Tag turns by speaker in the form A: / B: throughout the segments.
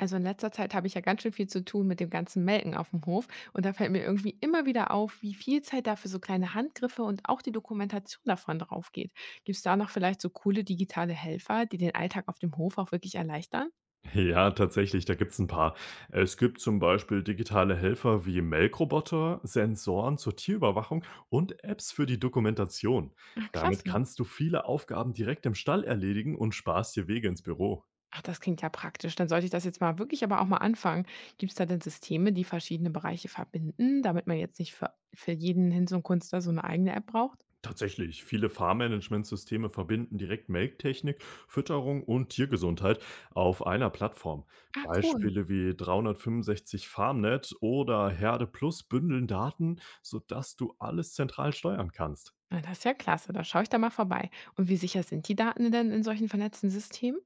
A: Also in letzter Zeit habe ich ja ganz schön viel zu tun mit dem ganzen Melken auf dem Hof, und da fällt mir irgendwie immer wieder auf, wie viel Zeit da für so kleine Handgriffe und auch die Dokumentation davon drauf geht. Gibt es da noch vielleicht so coole digitale Helfer, die den Alltag auf dem Hof auch wirklich erleichtern?
B: Ja, tatsächlich, da gibt's ein paar. Es gibt zum Beispiel digitale Helfer wie Melkroboter, Sensoren zur Tierüberwachung und Apps für die Dokumentation.
A: Ach,
B: Damit
A: klasse.
B: kannst du viele Aufgaben direkt im Stall erledigen und sparst dir Wege ins Büro.
A: Ach, das klingt ja praktisch. Dann sollte ich das jetzt mal wirklich, aber auch mal anfangen. Gibt es da denn Systeme, die verschiedene Bereiche verbinden, damit man jetzt nicht für jeden Hinz und Kunst da so eine eigene App braucht?
B: Tatsächlich, viele Farmmanagementsysteme verbinden direkt Melktechnik, Fütterung und Tiergesundheit auf einer Plattform.
A: Ah, cool.
B: Beispiele wie 365 FarmNet oder Herde Plus bündeln Daten, sodass du alles zentral steuern kannst.
A: Na, das ist ja klasse, da schaue ich da mal vorbei. Und wie sicher sind die Daten denn in solchen vernetzten Systemen?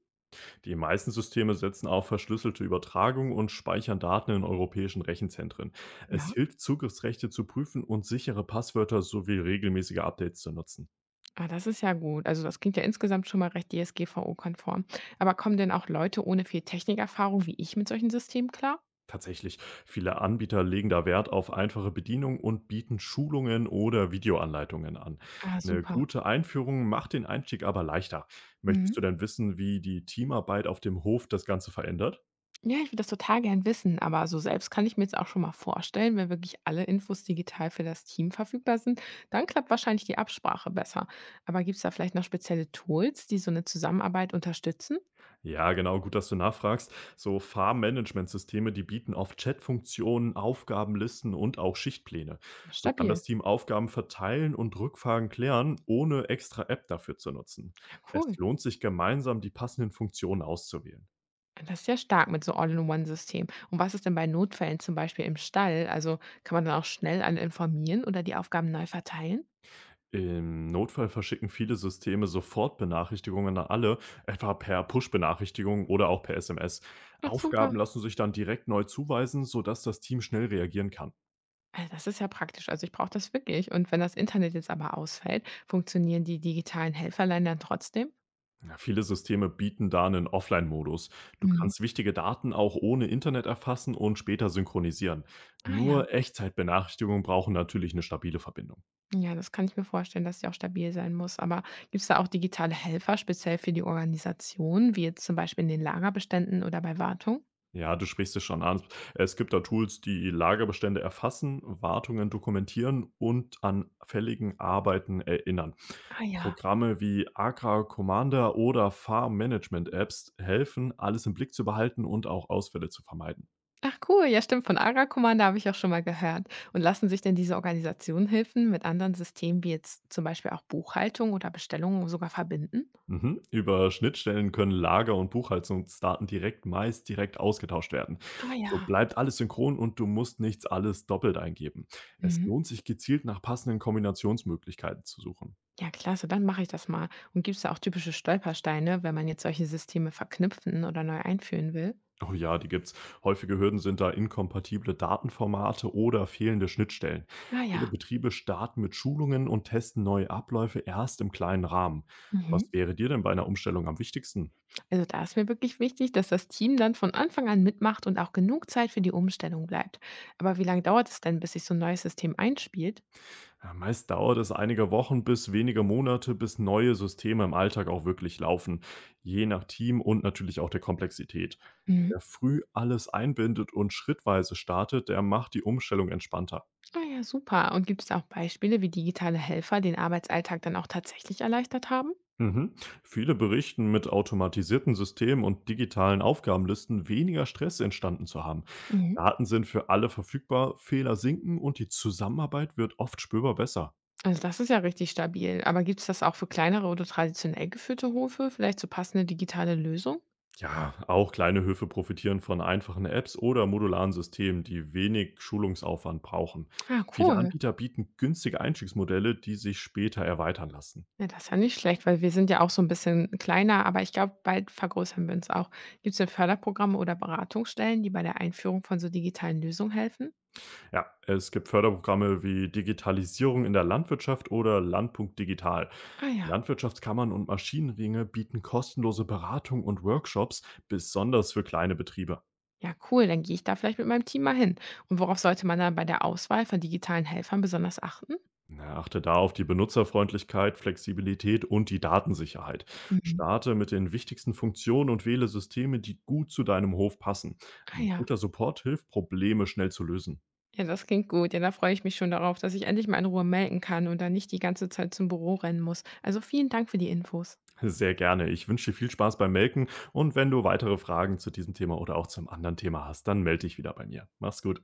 B: Die meisten Systeme setzen auf verschlüsselte Übertragung und speichern Daten in europäischen Rechenzentren. Es
A: Ja.
B: hilft, Zugriffsrechte zu prüfen und sichere Passwörter sowie regelmäßige Updates zu nutzen.
A: Ah, das ist ja gut. Also das klingt ja insgesamt schon mal recht DSGVO-konform. Aber kommen denn auch Leute ohne viel Technikerfahrung wie ich mit solchen Systemen klar?
B: Tatsächlich, viele Anbieter legen da Wert auf einfache Bedienung und bieten Schulungen oder Videoanleitungen an.
A: Ah,
B: Eine
A: super.
B: gute Einführung macht den Einstieg aber leichter.
A: Mhm.
B: Möchtest du denn wissen, wie die Teamarbeit auf dem Hof das Ganze verändert?
A: Ja, ich würde das total gern wissen, aber so selbst kann ich mir jetzt auch schon mal vorstellen, wenn wirklich alle Infos digital für das Team verfügbar sind, dann klappt wahrscheinlich die Absprache besser. Aber gibt es da vielleicht noch spezielle Tools, die so eine Zusammenarbeit unterstützen?
B: Ja, genau, gut, dass du nachfragst. So Farmmanagementsysteme, die bieten oft Chatfunktionen, Aufgabenlisten und auch Schichtpläne. So kann
A: Stabil.
B: das Team Aufgaben verteilen und Rückfragen klären, ohne extra App dafür zu nutzen.
A: Ja,
B: Es
A: cool.
B: lohnt sich gemeinsam, die passenden Funktionen auszuwählen.
A: Das ist ja stark mit so All-in-One-System. Und was ist denn bei Notfällen zum Beispiel im Stall? Also kann man dann auch schnell alle informieren oder die Aufgaben neu verteilen?
B: Im Notfall verschicken viele Systeme sofort Benachrichtigungen an alle, etwa per Push-Benachrichtigung oder auch per SMS.
A: Ach,
B: Aufgaben
A: super.
B: lassen sich dann direkt neu zuweisen, sodass das Team schnell reagieren kann.
A: Also das ist ja praktisch. Also ich brauche das wirklich. Und wenn das Internet jetzt aber ausfällt, funktionieren die digitalen Helferlein dann trotzdem?
B: Ja, viele Systeme bieten da einen Offline-Modus. Du
A: Mhm.
B: kannst wichtige Daten auch ohne Internet erfassen und später synchronisieren.
A: Ah ja.
B: Nur Echtzeitbenachrichtigungen brauchen natürlich eine stabile Verbindung.
A: Ja, das kann ich mir vorstellen, dass sie auch stabil sein muss. Aber gibt es da auch digitale Helfer, speziell für die Organisation, wie jetzt zum Beispiel in den Lagerbeständen oder bei Wartung?
B: Ja, du sprichst es schon an. Es gibt da Tools, die Lagerbestände erfassen, Wartungen dokumentieren und an fälligen Arbeiten erinnern.
A: Ah ja.
B: Programme wie Agra Commander oder Farm Management Apps helfen, alles im Blick zu behalten und auch Ausfälle zu vermeiden.
A: Ach cool, ja stimmt, von ARA-Kommando habe ich auch schon mal gehört. Und lassen sich denn diese Organisationen Hilfen mit anderen Systemen wie jetzt zum Beispiel auch Buchhaltung oder Bestellungen sogar verbinden?
B: Mhm. Über Schnittstellen können Lager- und Buchhaltungsdaten direkt meist direkt ausgetauscht werden.
A: Ah
B: So
A: ja.
B: bleibt alles synchron und du musst nichts alles doppelt eingeben. Es
A: Mhm.
B: lohnt sich gezielt nach passenden Kombinationsmöglichkeiten zu suchen.
A: Ja, klasse, dann mache ich das mal. Und gibt es da auch typische Stolpersteine, wenn man jetzt solche Systeme verknüpfen oder neu einführen will?
B: Oh ja, die gibt's. Häufige Hürden sind da inkompatible Datenformate oder fehlende Schnittstellen.
A: Ah
B: Viele
A: ja.
B: Betriebe starten mit Schulungen und testen neue Abläufe erst im kleinen Rahmen.
A: Mhm.
B: Was wäre dir denn bei einer Umstellung am wichtigsten?
A: Also da ist mir wirklich wichtig, dass das Team dann von Anfang an mitmacht und auch genug Zeit für die Umstellung bleibt. Aber wie lange dauert es denn, bis sich so ein neues System einspielt?
B: Ja, meist dauert es einige Wochen bis wenige Monate, bis neue Systeme im Alltag auch wirklich laufen, je nach Team und natürlich auch der Komplexität.
A: Mhm.
B: Wer früh alles einbindet und schrittweise startet, der macht die Umstellung entspannter.
A: Ah ja, super. Und gibt es da auch Beispiele, wie digitale Helfer den Arbeitsalltag dann auch tatsächlich erleichtert haben?
B: Mhm. Viele berichten, mit automatisierten Systemen und digitalen Aufgabenlisten weniger Stress entstanden zu haben.
A: Mhm.
B: Daten sind für alle verfügbar, Fehler sinken und die Zusammenarbeit wird oft spürbar besser.
A: Also das ist ja richtig stabil. Aber gibt es das auch für kleinere oder traditionell geführte Hofe? Vielleicht so passende digitale Lösung?
B: Ja, auch kleine Höfe profitieren von einfachen Apps oder modularen Systemen, die wenig Schulungsaufwand brauchen.
A: Ah,
B: Viele
A: cool.
B: Anbieter bieten günstige Einstiegsmodelle, die sich später erweitern lassen.
A: Ja, das ist ja nicht schlecht, weil wir sind ja auch so ein bisschen kleiner, aber ich glaube, bald vergrößern wir uns auch. Gibt es denn Förderprogramme oder Beratungsstellen, die bei der Einführung von so digitalen Lösungen helfen?
B: Ja, es gibt Förderprogramme wie Digitalisierung in der Landwirtschaft oder Landpunkt Digital.
A: Ah ja.
B: Landwirtschaftskammern und Maschinenringe bieten kostenlose Beratung und Workshops, besonders für kleine Betriebe.
A: Ja, cool. Dann gehe ich da vielleicht mit meinem Team mal hin. Und worauf sollte man dann bei der Auswahl von digitalen Helfern besonders achten?
B: Na, achte da auf die Benutzerfreundlichkeit, Flexibilität und die Datensicherheit.
A: Mhm.
B: Starte mit den wichtigsten Funktionen und wähle Systeme, die gut zu deinem Hof passen.
A: Ah
B: Ein
A: ja.
B: guter Support hilft, Probleme schnell zu lösen.
A: Ja, das klingt gut. Ja, da freue ich mich schon darauf, dass ich endlich mal in Ruhe melken kann und dann nicht die ganze Zeit zum Büro rennen muss. Also vielen Dank für die Infos.
B: Sehr gerne. Ich wünsche dir viel Spaß beim Melken und wenn du weitere Fragen zu diesem Thema oder auch zum anderen Thema hast, dann melde dich wieder bei mir. Mach's gut.